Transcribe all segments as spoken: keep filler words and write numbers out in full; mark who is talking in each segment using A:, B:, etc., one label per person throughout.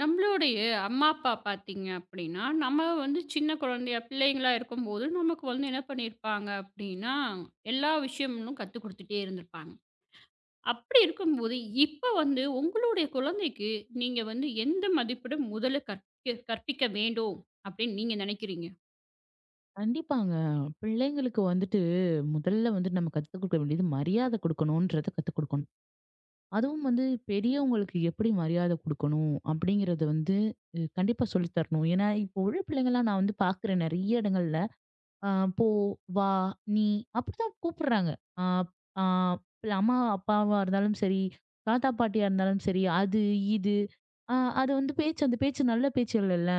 A: நம்மளுடைய அம்மா அப்பா பார்த்தீங்க அப்படின்னா, நம்ம வந்து சின்ன குழந்தையா பிள்ளைங்களா இருக்கும்போது, நமக்கு வந்து என்ன பண்ணியிருப்பாங்க அப்படின்னா, எல்லா விஷயமும் கத்துக் குடுத்துட்டே இருந்திருப்பாங்க. அப்படி இருக்கும்போது, இப்ப வந்து உங்களுடைய குழந்தைக்கு நீங்க வந்து எந்த மதிப்பிட முதல்ல கற்க கற்பிக்க வேண்டும் அப்படின்னு நீங்க நினைக்கிறீங்க?
B: கண்டிப்பாங்க. பிள்ளைங்களுக்கு வந்துட்டு முதல்ல வந்து நம்ம கத்துக் குடுக்க வேண்டியது மரியாதை குடுக்கணுன்றத கத்துக் குடுக்கணும். அதுவும் வந்து பெரியவங்களுக்கு எப்படி மரியாதை குடுக்கணும் அப்படிங்கிறத வந்து அ கண்டிப்பா சொல்லி தரணும். ஏன்னா, இப்போ உள்ள பிள்ளைங்கலாம் நான் வந்து பார்க்குறேன் நெறைய இடங்கள்ல. அ போ, வா, நீ அப்படித்தான் கூப்பிடுறாங்க. அ ஆ அம்மா, அப்பாவா இருந்தாலும் சரி, தாத்தா, பாட்டியா இருந்தாலும் சரி, அது, இது. அ அது வந்து பேச்சு அந்த பேச்சு நல்ல பேச்சு இல்லல்ல.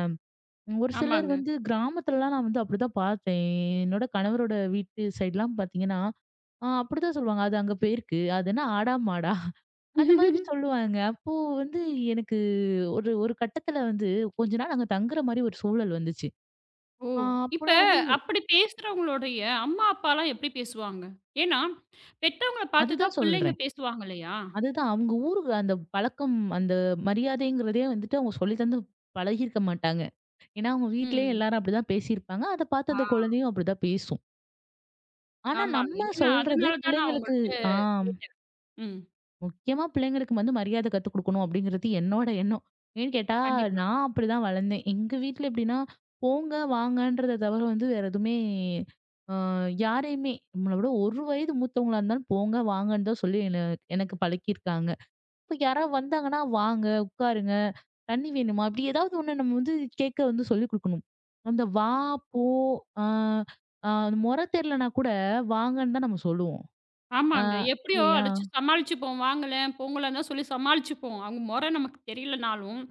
B: ஒரு சிலர்
A: ஆமாங்க.
B: வந்து கிராமத்துலலாம் நான் வந்து அப்படிதான் பார்த்தேன். என்னோட கணவரோட வீட்டு சைட்லாம் பார்த்தீங்கன்னா, அ அப்படிதான் சொல்லுவாங்க. அது அங்க போயிருக்கு. அது என்ன ஆடா மாடா? அந்த மாதிரி சொல்லுவாங்க. அப்போ வந்து எனக்கு ஒரு ஒரு கட்டத்துல வந்து கொஞ்ச நாள் அங்க தங்குற மாரி ஒரு சூழல் வந்துச்சு.
A: ஓ!
B: அ
A: இப்ப
B: அப்போலாம் வந்து
A: அப்படி பேசுறவங்களுடைய அம்மா, அப்பாலாம் எப்படி பேசுவாங்க? ஏன்னா, பெத்தவங்கள பார்த்து தான்
B: அதுதான்
A: பிள்ளைங்க
B: சொல்றேன்.
A: பேசுவாங்க இல்லையா?
B: அதுதான் அவங்க ஊருக்கு அந்த பழக்கம், அந்த மரியாதைங்கிறதே வந்துட்டு அவங்க சொல்லி தந்து பழகியிருக்க மாட்டாங்க. ஏன்னா அவங்க வீட்லயே
A: ம்.
B: எல்லாரும் அப்படிதான் பேசியிருப்பாங்க. அத பார்த்து
A: ஆ.
B: அந்த குழந்தையும் அப்படிதான் பேசும். ஆனா
A: ஆமாங்க.
B: நம்ம
A: ஏன்னா
B: சொல்றது
A: அதனால தான் நான்
B: பிள்ளைங்களுக்கு
A: உங்கள்ட்ட
B: ஆ
A: கேட்டேன். ம்.
B: முக்கியமா பிள்ளைங்களுக்கு வந்து மரியாதை கத்துக் குடுக்கணும் அப்படிங்கிறது என்னோட எண்ணம். ஏன்னு கேட்டா,
A: கண்டிப்பா.
B: நான் அப்படிதான் வளர்ந்தேன். எங்க வீட்ல எப்படின்னா, போங்க, வாங்கன்றத தவிர வந்து வேற எதுவுமே அ யாரையுமே நம்மள விட ஒரு வயது மூத்தவங்களா இருந்தாலும் போங்க, வாங்கன்னு தான் சொல்லி என்ன எனக்கு பழக்கியிருக்காங்க. இப்ப யாராவது வந்தாங்கன்னா, "வாங்க, உட்காருங்க, தண்ணி வேணுமா?" இப்படி ஏதாவது ஒண்ணு நம்ம வந்து கேட்க வந்து சொல்லிக் குடுக்கணும். அந்த வா, போ, ஆ, ஆ மொற தெரியலனா கூட வாங்கன்னு தான் நம்ம சொல்லுவோம். ஆ,
A: ஆமாங்க. எப்படியோ
B: இல்லையா?
A: அடிச்சு சமாளிச்சுப்போம். வாங்களேன், போங்களேன்னு தான் சொல்லி சமாளிச்சுப்போம். அவங்க மொற நமக்கு தெரியலனாலும்,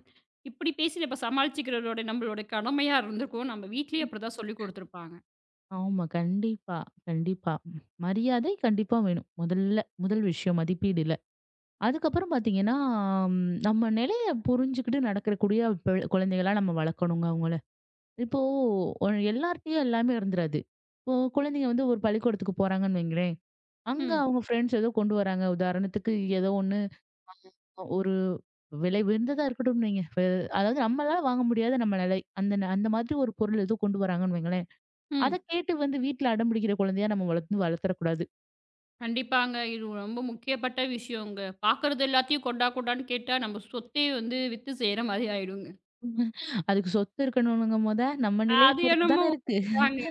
A: இப்படி பேசி நம்ம சமாளிச்சுக்கிறதோட நம்மளோட கடமையா இருந்திருக்கும். நம்ம வீட்லயும் அப்படிதான் சொல்லிக் குடுத்துருப்பாங்க.
B: ஆமா. கண்டிப்பா, கண்டிப்பா. மரியாதை கண்டிப்பா வேணும். முதல்ல முதல் விஷயம் மதிப்பீடுல. அதுக்கப்புறம் பார்த்தீங்கன்னா, ம் நம்ம நிலைய புரிஞ்சுக்கிட்டு நடக்கக்கூடிய ப குழந்தைகளா நம்ம வளர்க்கணுங்க அவங்கள. இப்போ ஒ எல்லார்ட்டயும் எல்லாமே இருந்துராது. இப்போ குழந்தைங்க வந்து ஒரு பள்ளிக்கூடத்துக்கு போறாங்கன்னு வைங்களேன், அங்க
A: ம்,
B: அவங்க ஃப்ரெண்ட்ஸ் ஏதோ கொண்டு வராங்க. உதாரணத்துக்கு ஏதோ ஒண்ணு ஒரு விலை உயர்ந்ததா இருக்கட்டும்னு வைங்க. அதாவது நம்மளால வாங்க முடியாத நம்ம நிலை. அந்த ந- அந்த மாதிரி ஒரு பொருள் ஏதோ கொண்டு வராங்கன்னு வைங்களேன். அத
A: ம்.
B: கேட்டு வந்து வீட்ல அடம்பிடிக்கிற குழந்தையா நம்ம வளர்த்து வளர்த்தறக்கூடாது.
A: கண்டிப்பாங்க. இது ரொம்ப முக்கியப்பட்ட விஷயங்க. பாக்குறது எல்லாத்தையும் கொண்டா கொண்டான்னு கேட்டா, நம்ம சொத்தே வந்து வித்து செய்ற மாரி ஆயிடுங்க.
B: அதுக்கு சொத்து இருக்கணும்ங்க மொத. நம்ம நிலைய
A: அது
B: பொறுத்து
A: என்னமோ
B: தானே இருக்கு.
A: உண்மதாங்க.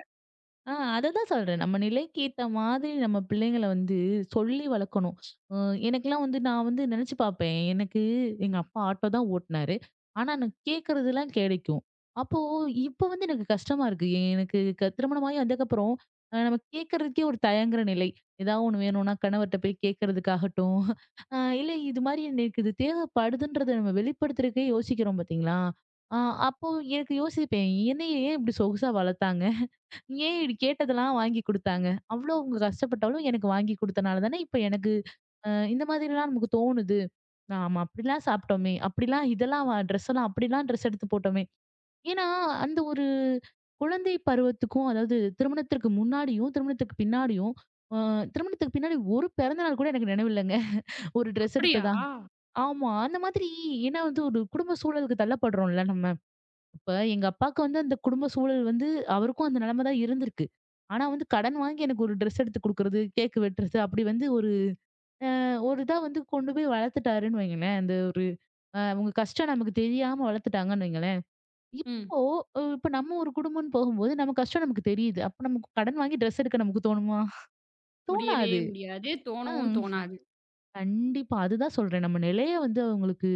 B: ஆ அததான் சொல்றேன். நம்ம நிலைக்கு ஏத்த மாதிரி நம்ம பிள்ளைங்கள வந்து சொல்லி வளர்க்கணும். அ எனக்கெல்லாம் வந்து நான் வந்து நினைச்சு பார்ப்பேன். எனக்கு எங்க அப்பா ஆட்டோ தான் ஓட்டுனாரு. ஆனா நான் கேட்கறதெல்லாம் கிடைக்கும். அப்போ இப்ப வந்து எனக்கு கஷ்டமா இருக்கு. எ- எனக்கு க திருமணமாகி வந்ததுக்கப்புறம் அ நம்ம கேட்கறதுக்கே ஒரு தயங்குற நிலை. ஏதாவது ஒண்ணு வேணும்னா கணவர்ட்ட போய் கேட்கறதுக்காகட்டும், அ இல்ல இது மாரி எனக்கு இது தேவைப்படுதுன்றத நம்ம வெளிப்படுத்துறதுக்கே யோசிக்கிறோம் பார்த்தீங்களா? அ அப்போ எனக்கு யோசிப்பேன். என்னைய ஏன் இப்படி சொகுசா வளர்த்தாங்க? ஏன் இப்டி கேட்டதெல்லாம் வாங்கி குடுத்தாங்க. அவ்ளோ அவங்க கஷ்டப்பட்டாலும் எனக்கு வாங்கி குடுத்தனால தானே இப்ப எனக்கு அ இந்த மாதிரிலாம் நமக்கு தோணுது. நாம அப்டிலாம் சாப்ட்டோமே! அப்டிலாம் இதெல்லாம் ட்ரெஸ்லாம் அப்டிலாம் ட்ரெஸ் எடுத்து போட்டோமே! ஏன்னா, அந்த ஒரு குழந்தை பருவத்துக்கும் அதாவது திருமணத்திற்கு முன்னாடியும், திருமணத்துக்கு பின்னாடியும் அ திருமணத்துக்கு பின்னாடி ஒரு பிறந்த நாள் கூட எனக்கு நினைவில்லங்க. ஒரு ட்ரெஸ்
A: அப்படியா?
B: எடுத்ததா. ஆமா. அந்த மாதிரி ஏன்னா வந்து ஒரு குடும்ப சூழலுக்கு தள்ளப்படுறோம்ல நம்ம. இப்ப எங்க அப்பாவுக்கு வந்து அந்த குடும்ப சூழல் வந்து அவருக்கும் அந்த நிலைமை தான் இருந்திருக்கு. ஆனா வந்து கடன் வாங்கி எனக்கு ஒரு ட்ரெஸ் எடுத்து குடுக்குறது, கேக் வெட்டுறது அப்படி வந்து ஒரு அ ஒரு இதா வந்து கொண்டு போய் வளர்த்துட்டாருன்னு வைங்களேன். அந்த ஒரு அ அவங்க கஷ்டம் நமக்கு தெரியாம வளர்த்துட்டாங்கன்னு வைங்களேன்.
A: ம்.
B: இப்போ அ இப்ப நம்ம ஒரு குடும்பம்னு போகும்போது நம்ம கஷ்டம் நமக்கு தெரியுது. அப்ப நமக்கு கடன் வாங்கி ட்ரெஸ் எடுக்க நமக்கு தோணுமா?
A: முடியவே
B: தோணாது.
A: முடியாது.
B: ஆ
A: தோணவும் தோணாது.
B: கண்டிப்பா. அதுதான் சொல்றேன். நம்ம நிலைய வந்து அவங்களுக்கு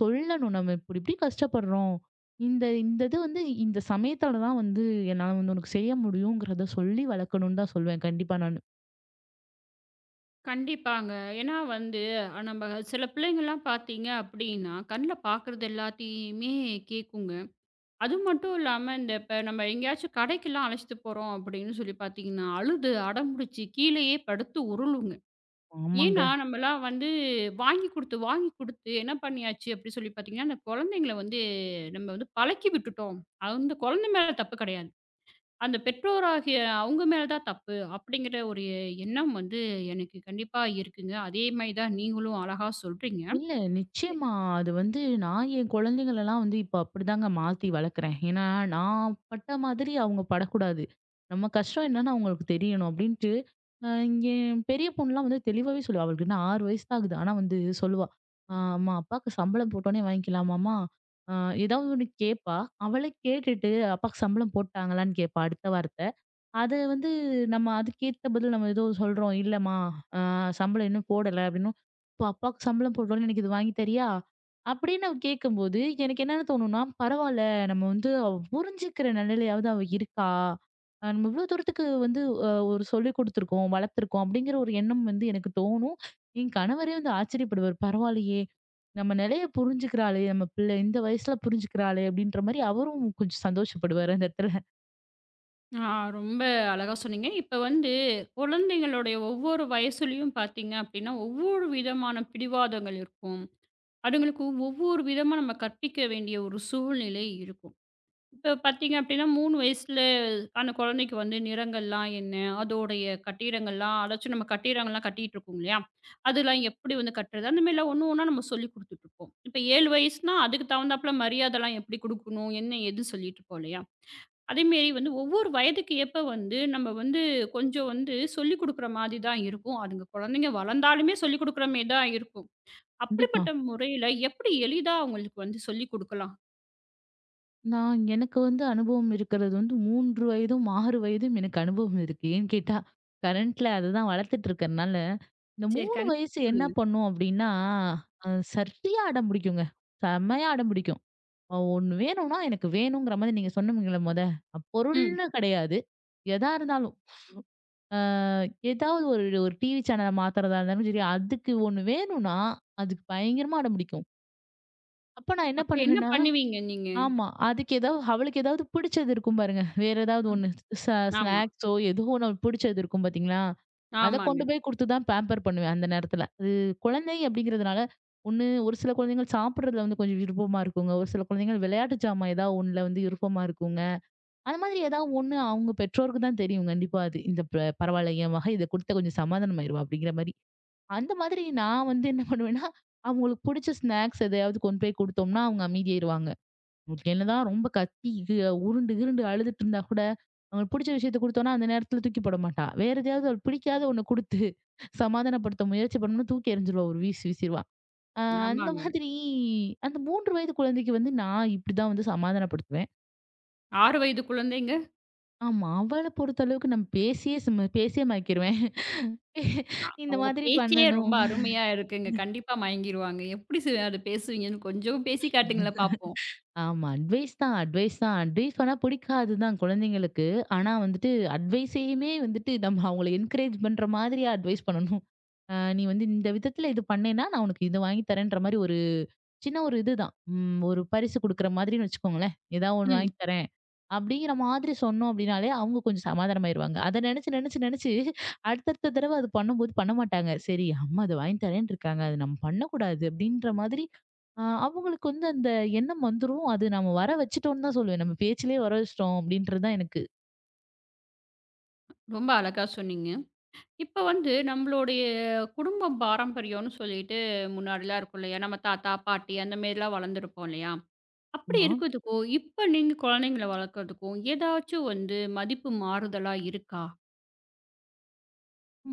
B: சொல்லணும். நம்ம இப்படி இப்படி கஷ்டப்படுறோம். இந்த இந்த இது வந்து இந்த சமயத்தால தான் வந்து என்னால வந்து உனக்கு செய்ய முடியுங்கிறத சொல்லி வளர்க்கணும்னு தான் சொல்வேன். கண்டிப்பா நானு.
A: கண்டிப்பாங்க. ஏன்னா வந்து அ நம்ம சில பிள்ளைங்கலாம் பார்த்தீங்க அப்டின்னா, கண்ல பார்க்குறது எல்லாத்தையுமே கேட்குங்க. அது மட்டும் இல்லாம, இந்த இப்ப நம்ம எங்கேயாச்சும் கடைக்கெல்லாம் அழைச்சிட்டு போறோம் அப்படின்னு சொல்லி பார்த்தீங்கன்னா, அழுது அடம்புடிச்சு கீழேயே படுத்து உருளுங்க. ஏன்னா,
B: ஆமாங்க.
A: நம்மலாம் வந்து வாங்கி குடுத்து, வாங்கி குடுத்து என்ன பண்ணியாச்சு அப்படி சொல்லி பார்த்தீங்கன்னா, அந்த குழந்தைங்கள வந்து நம்ம வந்து பழக்கி விட்டுட்டோம். அந்த குழந்தை மேல தப்பு கிடையாது. அந்த பெற்றோராகிய அவங்க மேல தான் தப்பு அப்படிங்கிற ஒரு எண்ணம் வந்து எனக்கு கண்டிப்பா இருக்குங்க. அதே மாரி தான் நீங்களும் அழகா சொல்றீங்க.
B: இல்ல நிச்சயமா. அது வந்து நான் என் குழந்தைங்களலாம் வந்து இப்ப அப்படிதாங்க மாத்தி வளர்க்குறேன். ஏன்னா, நான் பட்ட மாதிரி அவங்க படக்கூடாது. நம்ம கஷ்டம் என்னன்னு அவங்களுக்கு தெரியணும். அப்படின்ட்டு அ இங்கே என் பெரிய பொண்ணுலாம் வந்து தெளிவாவே சொல்லுவா. அவளுக்கு இன்னும் ஆறு வயசு தான் ஆகுது. ஆனா வந்து சொல்லுவா. "அ அம்மா அப்பாக்கு சம்பளம் போட்டோனே வாங்கிக்கலாமாம்மா?" அ ஏதாவது ஒண்ணு கேட்பா. அவளே கேட்டுட்டு அப்பாக்கு சம்பளம் போட்டாங்களான்னு கேட்பா அடுத்த வார்த்த. அத வந்து நம்ம அதுக்கேத்த பதில் நம்ம ஏதோ சொல்றோம். "இல்லம்மா, அ சம்பளம் இன்னும் போடல" அப்படின்னும். "இப்போ அப்பாவுக்கு சம்பளம் போடுறோம்ல, எனக்கு இது வாங்கி தரியா?" அப்படின்னு அவ கேட்கும்போது, எனக்கு என்னன்னு தோணும்னா, பரவால்ல நம்ம வந்து அவ புரிஞ்சுக்கிற நிலையிலயாவது அவ இருக்கா? அ நம்ம இவ்வளோ தூரத்துக்கு வந்து அ ஒரு சொல்லிக் குடுத்துருக்கோம், வளர்த்துருக்கோம் அப்படிங்கிற ஒரு எண்ணம் வந்து எனக்கு தோணும். என் கணவரே வந்து ஆச்சரியப்படுவார். "பரவாயில்லையே, நம்ம நிலைய புரிஞ்சுக்கிறாளே, நம்ம பிள்ளை இந்த வயசுல புரிஞ்சுக்கிறாளே" அப்படின்ற மாரி அவரும் கொஞ்சம் சந்தோஷப்படுவாரு அந்த இடத்துல.
A: ஆ ரொம்ப அழகா சொன்னீங்க. இப்ப வந்து குழந்தைங்களுடைய ஒவ்வொரு வயசுலயும் பார்த்தீங்க அப்படின்னா, ஒவ்வொரு விதமான பிடிவாதங்கள் இருக்கும். அதுங்களுக்கு ஒவ்வொரு விதமா நம்ம கற்பிக்க வேண்டிய ஒரு சூழ்நிலை இருக்கும். இப்ப பார்த்தீங்க அப்டின்னா மூணு வயசுல ஆன குழந்தைக்கு வந்து நிறங்கள்லாம் என்ன? அதோடைய கட்டிடங்கள்லாம் அதாச்சும் நம்ம கட்டிடங்கள்லாம் கட்டிட்டுருக்கோம் இல்லையா? அதெல்லாம் எப்படி வந்து கட்டுறது? அந்த மாரிலாம் ஒண்ணு ஒண்ணா நம்ம சொல்லிக் குடுத்துட்டுருப்போம். இப்ப ஏழு வயசுனா அதுக்கு தகுந்தாப்புல மரியாதைலாம் எப்படி குடுக்கணும்? என்ன? ஏதுன்னு சொல்லிட்டுருப்போம் இல்லையா? அதேமாரி வந்து ஒவ்வொரு வயதுக்கு ஏற்ப வந்து நம்ம வந்து கொஞ்சம் வந்து சொல்லிக் குடுக்குற மாதிரி தான் இருக்கும். அதுங்க குழந்தைங்க வளர்ந்தாலுமே சொல்லிக் குடுக்குற மாரி தான் இருக்கும்.
B: கண்டிப்பா.
A: அப்படிப்பட்ட முறையில எப்படி எளிதா அவங்களுக்கு வந்து சொல்லிக் குடுக்கலாம்?
B: நான் எனக்கு வந்து அனுபவம் இருக்கிறது வந்து மூன்று வயதும், ஆறு வயதும் எனக்கு அனுபவம் இருக்கு. ஏன்னு கேட்டா, கரண்ட்ல அதுதான் வளர்த்துட்டு இருக்கறனால, இந்த
A: சரி
B: மூணு வயசு
A: கண்டிப்பா
B: என்ன
A: சொல்லுங்க.
B: பண்ணும் அப்டின்னா, அ சரியா அடம் பிடிக்குங்க. செமையா அடம் பிடிக்கும். அ ஒண்ணு வேணும்னா, எனக்கு வேணுங்கிற மாரி நீங்க சொன்னீங்கல்ல மொத,
A: ம்.
B: பொருள்னு கிடையாது. எதா இருந்தாலும். அ ஏதாவது ஒரு ஒரு டிவி சேனல மாத்துறதா இருந்தாலும் சரி, அதுக்கு ஒண்ணு வேணும்னா, அதுக்கு பயங்கரமா அடம் பிடிக்கும். அப்ப நான் என்ன
A: அப்ப என்ன
B: பண்ணுவேன்னா
A: பண்ணுவீங்க நீங்க?
B: ஆமா. அதுக்கு ஏதாவது அவளுக்கு ஏதாவது பிடிச்சது இருக்கும் பாருங்க. வேற ஏதாவது
A: ம்.
B: ஒண்ணு ச
A: ஆமா,
B: ஸ்நாக்ஸோ ஏதோ ஒண்ணு அவளுக்கு பிடிச்சது இருக்கும் பார்த்தீங்களா? அத
A: ஆமாங்க,
B: கொண்டு போய் குடுத்து தான் பேம்பர் பண்ணுவேன் அந்த நேரத்துல. அது குழந்தை அப்படிங்கிறதுனால ஒண்ணு ஒரு சில குழந்தைகள் சாப்பிடுறதுல வந்து கொஞ்சம் விருப்பமா இருக்குங்க. ஒரு சில குழந்தைகள் விளையாட்டு ஜாமான் ஏதாவது ஒண்ணுல வந்து விருப்பமா இருக்குங்க. அந்த மாதிரி ஏதாவது ஒண்ணு அவங்க பெற்றோருக்கு தான் தெரியும் கண்டிப்பா அது. இந்த ப பரவால்ல என் மக இத குடுத்தா கொஞ்சம் சமாதானமாயிருவா அப்படிங்கிற மாரி. அந்த மாதிரி நான் வந்து என்ன பண்ணுவேன்னா, அவங்களுக்கு பிடிச்ச ஸ்நாக்ஸ் எதையாவது கொண்டு போய் குடுத்தோம்னா அவங்க அமைதியாயிருவாங்க. என்னதான் ரொம்ப கத்தி கி உருண்டு கிருண்டு அழுதுட்டு இருந்தா கூட, அவங்களுக்கு பிடிச்ச விஷயத்த குடுத்தோம்னா, அந்த நேரத்துல தூக்கி போட மாட்டா. வேற எதையாவது அவளுக்கு பிடிக்காத ஒண்ண குடுத்து சமாதானப்படுத்த முயற்சி பண்ணோம்னா, தூக்கி எறிஞ்சிருவா. ஒரு வீசு வீசிருவா. அ அந்த
A: ஆமாங்க.
B: மாதிரி அந்த மூன்று வயது குழந்தைக்கு வந்து நான் இப்படிதான் வந்து சமாதானப்படுத்துவேன்.
A: ஆறு வயது குழந்தைங்க.
B: ஆமா, அவள பொறுத்த அளவுக்கு நம்ம பேசியே சிம பேசியே மயக்கிருவேன். இந்த
A: அவங்க
B: மாதிரி
A: பேச்சே
B: பண்ணணும்.
A: ரொம்ப அருமையா இருக்குங்க. கண்டிப்பா மயங்கிருவாங்க. எப்படி சு அத பேசுவீங்கன்னு கொஞ்சம் பேசி காட்டுங்களேன் பாப்போம்.
B: ஆமா. அட்வைஸ் தான், அட்வைஸ் தான். அட்வைஸ் பண்ணா பிடிக்காது தான் குழந்தைங்களுக்கு. ஆனா வந்துட்டு அட்வைஸையுமே வந்துட்டு நம்ம அவங்கள என்கரேஜ் பண்ற மாதிரியா அட்வைஸ் பண்ணணும். அ "நீ வந்து இந்த விதத்துல இது பண்ணேன்னா, நான் உனக்கு இத வாங்கி தரேன்ற" மாரி ஒரு சின்ன ஒரு இதுதான். ம் ஒரு பரிசு குடுக்குற மாதிரின்னு வச்சுக்கோங்களேன். ஏதாவது ஒண்ணு
A: ம்.
B: வாங்கி தரேன். அப்படிங்கிற மாதிரி சொன்னோம் அப்படின்னாலே, அவங்க கொஞ்சம் சமாதானமாயிருவாங்க. அத நெனச்சு, நெனச்சு, நெனச்சு அடுத்தடுத்த தடவ அது பண்ணும்போது பண்ண மாட்டாங்க. சரி அம்மா அத வாங்கி தரேன்ட்டு இருக்காங்க. அது நம்ம பண்ணக்கூடாது அப்படின்ற மாதிரி அ அவங்களுக்கு வந்து அந்த எண்ணம் வந்துரும். அது நம்ம வர வச்சுட்டோம்னு தான் சொல்லுவேன். நம்ம பேச்சிலேயே வர வச்சுட்டோம் அப்படின்றது தான் எனக்கு.
A: ரொம்ப அழகா சொன்னீங்க. இப்ப வந்து நம்மளுடைய குடும்ப பாரம்பரியம்னு சொல்லிட்டு முன்னாடிலாம் இருக்கும் இல்லையா? நம்ம தாத்தா, பாட்டி அந்த மாரிலாம் வளர்ந்துருப்போம் இல்லையா? அப்படி
B: மா
A: இருக்கிறதுக்கும், இப்ப நீங்க குழந்தைங்கள வளர்க்கறதுக்கும் ஏதாச்சும் வந்து மதிப்பு மாறுதலா இருக்கா?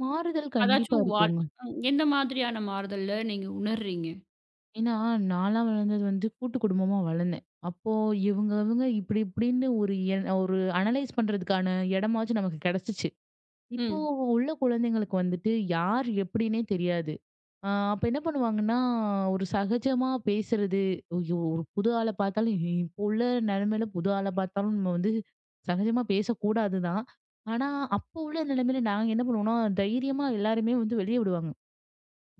B: மாறுதல் கண்டிப்பா
A: அதாச்சும் வாழ்
B: இருக்குங்க.
A: ம் எந்த மாதிரியான மாறுதல்ல நீங்க உணர்றீங்க?
B: ஏன்னா, நான்லாம் வளர்ந்தது வந்து கூட்டு குடும்பமா வளர்ந்தேன். அப்போ இவங்க, இவங்க இப்படி இப்படின்னு ஒரு என் ஒரு அனலைஸ் பண்றதுக்கான இடமாச்சும் நமக்கு கிடைச்சுச்சு. இப்போ
A: ம்.
B: உள்ள குழந்தைங்களுக்கு வந்துட்டு யார் எப்படின்னே தெரியாது. அ அப்ப என்ன பண்ணுவாங்கன்னா, ஒரு சகஜமா பேசுறது, ஐயோ! ஒரு புது ஆள பார்த்தாலும் இ- இப்போ உள்ள நிலைமையில புது ஆள பார்த்தாலும் நம்ம வந்து சகஜமா பேசக்கூடாது தான். ஆனா, அப்போ உள்ள நிலைமையில நாங்க என்ன பண்ணுவோம்னா, தைரியமா எல்லாருமே வந்து வெளிய விடுவாங்க.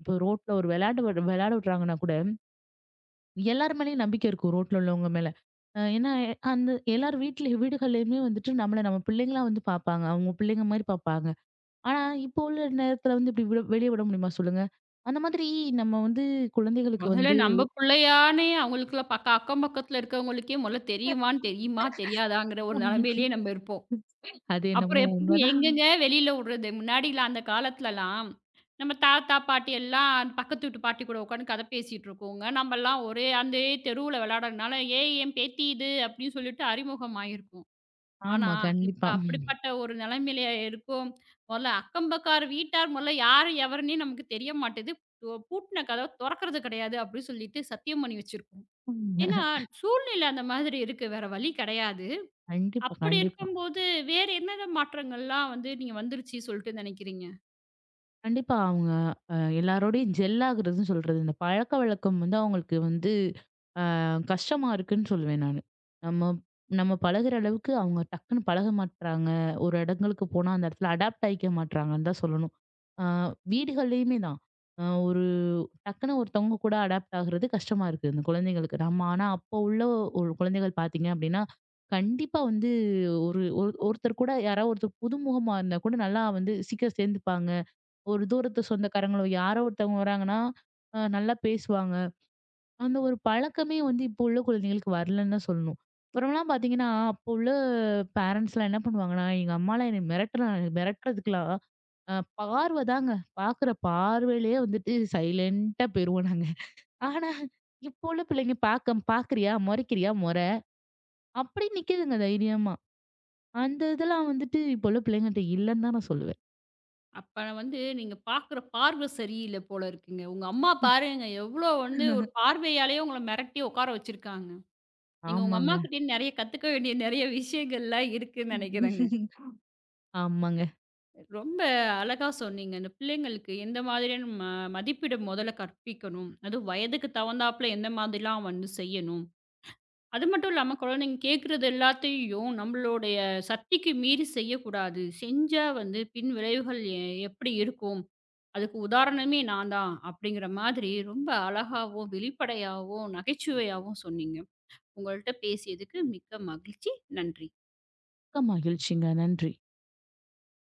B: இப்போ ரோட்ல ஒரு விளையாட்டு விளையாட விடுறாங்கன்னா கூட எல்லார் மேலயும் நம்பிக்கை இருக்கும் ரோட்ல உள்ளவங்க மேல. அ ஏன்னா எ- அந்த எல்லார் வீட்ல வீடுகள்லயுமே வந்துட்டு நம்மள நம்ம பிள்ளைங்களா வந்து பார்ப்பாங்க. அவங்க பிள்ளைங்க மாரி பார்ப்பாங்க. ஆனா இப்போ உள்ள நேரத்துல வந்து இப்படி விட வெளிய விட முடியுமா சொல்லுங்க? அந்த மாதிரி நம்ம வந்து குழந்தைகளுக்கு
A: முதல்ல
B: வந்து
A: நம்ப பிள்ளையான்னு அவங்களுக்குள்ள பக்க அக்கம் பக்கத்துல இருக்கவங்களுக்கே முதல்ல தெரியுமான்னு தெரியுமா, தெரியாதாங்கிற ஒரு நிலைமையிலேயே நம்ம இருப்போம்.
B: அது என்னமோ
A: அப்புறம் எப்ப
B: உண்மதான்.
A: எங்கங்க வெளியில விடுறது? முன்னாடிலாம் அந்த காலத்துலலாம், நம்ம தாத்தா, பாட்டி எல்லாம் பக்கத்து வீட்டு பாட்டி கூட உட்காந்து கதை பேசிட்டு இருக்கோங்க. நம்மலாம் ஒரே அந்த தெருவுல விளையாடுறதுனால, "ஏய் என் பேத்தி இது" அப்படின்னு சொல்லிட்டு அறிமுகம் ஆயிருப்போம். ஆனா,
B: ஆமா,
A: இப்ப
B: கண்டிப்பா.
A: அப்படிப்பட்ட ஒரு நிலைமையிலயா இருக்கோம். முதல்ல அக்கம்பக்கார் வீட்டார் முதல்ல யாரு எவருன்னே நமக்கு தெரிய மாட்டேது. ஒ பூட்டின கதவ தொறக்கறது கிடையாது அப்படின்னு சொல்லிட்டு சத்தியம் பண்ணி வச்சிருக்கோம். ஏன்னா,
B: உம்.
A: சூழ்நிலை அந்த மாதிரி இருக்கு. வேற வழி கிடையாது.
B: கண்டிப்பா,
A: அப்படி
B: கண்டிப்பா.
A: இருக்கும்போது வேற என்னென்ன மாற்றங்கள்லாம் வந்து நீங்க வந்துருச்சு சொல்லிட்டு நினைக்கிறீங்க?
B: கண்டிப்பா. அவங்க அ எல்லாரோடையும் ஜெல் ஆகுறதுன்னு சொல்றது. இந்த பழக்கவழக்கம் வந்து அவங்களுக்கு வந்து அ கஷ்டமா இருக்குன்னு சொல்லுவேன் நானு. நம்ம நம்ம பழகுற அளவுக்கு அவங்க டக்குன்னு பழக மாட்றாங்க. ஒரு இடங்களுக்கு போனா அந்த இடத்துல அடாப்ட் ஆயிக்க மாட்றாங்கன்னு தான் சொல்லணும். அ வீடுகள்லயுமே தான். அ ஒரு டக்குன்னு ஒருத்தவங்க கூட அடாப்ட் ஆகுறது கஷ்டமா இருக்கு இந்த குழந்தைங்களுக்கு. நம்ம ஆனா அப்போ உள்ள ஒரு குழந்தைகள் பார்த்தீங்க அப்படின்னா, கண்டிப்பா வந்து ஒரு ஒரு ஒருத்தர் கூட யாராவது ஒருத்தர் புதுமுகமா இருந்தா கூட நல்லா வந்து சீக்கிரம் சேர்ந்துப்பாங்க. ஒரு தூரத்து சொந்தக்காரங்களோ, யாரோ ஒருத்தவங்க வராங்கன்னா, அ நல்லா பேசுவாங்க. அந்த ஒரு பழக்கமே வந்து இப்போ உள்ள குழந்தைகளுக்கு வரலன்னு தான் சொல்லணும். அப்புறம்லாம் பார்த்தீங்கன்னா, அப்போ உள்ள பேரண்ட்ஸ்லாம் என்ன பண்ணுவாங்கன்னா, எங்க அம்மாலாம் என்ன மிரட்டுறாங்க மிரட்டுறதுக்குலாம் அ பார்வை தாங்க. பார்க்குற பார்வையிலேயே வந்துட்டு சைலன்ட்டா போயிருவோம் நாங்க. ஆனா, இப்போ உள்ள பிள்ளைங்க பார்க்க பார்க்குறியா? முறைக்கிறியா? முறை. அப்படி நிக்குதுங்க தைரியமா. அந்த இதெல்லாம் வந்துட்டு இப்போ உள்ள பிள்ளைங்கள்ட்ட இல்லன்னு தான் நான் சொல்லுவேன்.
A: அப்ப வந்து நீங்க பார்க்குற பார்வை சரியில்ல போல இருக்குங்க. உங்க அம்மா பாருங்க எவ்வளோ வந்து ஒரு பார்வையாலேயே உங்கள மிரட்டி உட்கார வச்சிருக்காங்க. நீங்க உங்க
B: ஆமாங்க.
A: அம்மாகிட்டேருந்து நெறைய கத்துக்க வேண்டிய நெறைய விஷயங்கள்லாம் இருக்குன்னு நினைக்கிறேங்க.
B: ஆமாங்க.
A: ரொம்ப அழகா சொன்னீங்க. இந்த பிள்ளைங்களுக்கு எந்த மாதிரியான ம மதிப்பிட முதல்ல கற்பிக்கணும். அதுவும் வயதுக்கு தகுந்தாப்புல எந்த மாதிரிலாம் வந்து செய்யணும். அது மட்டும் இல்லாம குழந்தைங்க கேட்கறது எல்லாத்தையும் நம்மளுடைய சக்திக்கு மீறி செய்யக்கூடாது. செஞ்சா வந்து பின் விளைவுகள் எ எப்படி இருக்கும்? அதுக்கு உதாரணமே நான் தான். அப்படிங்கிற மாதிரி ரொம்ப அழகாவும், வெளிப்படையாவும், நகைச்சுவையாவும் சொன்னீங்க. உங்கள்ட்ட பேசியதுக்கு மிக்க மகிழ்ச்சி. நன்றி.
B: மிக்க மகிழ்ச்சிங்க. நன்றி.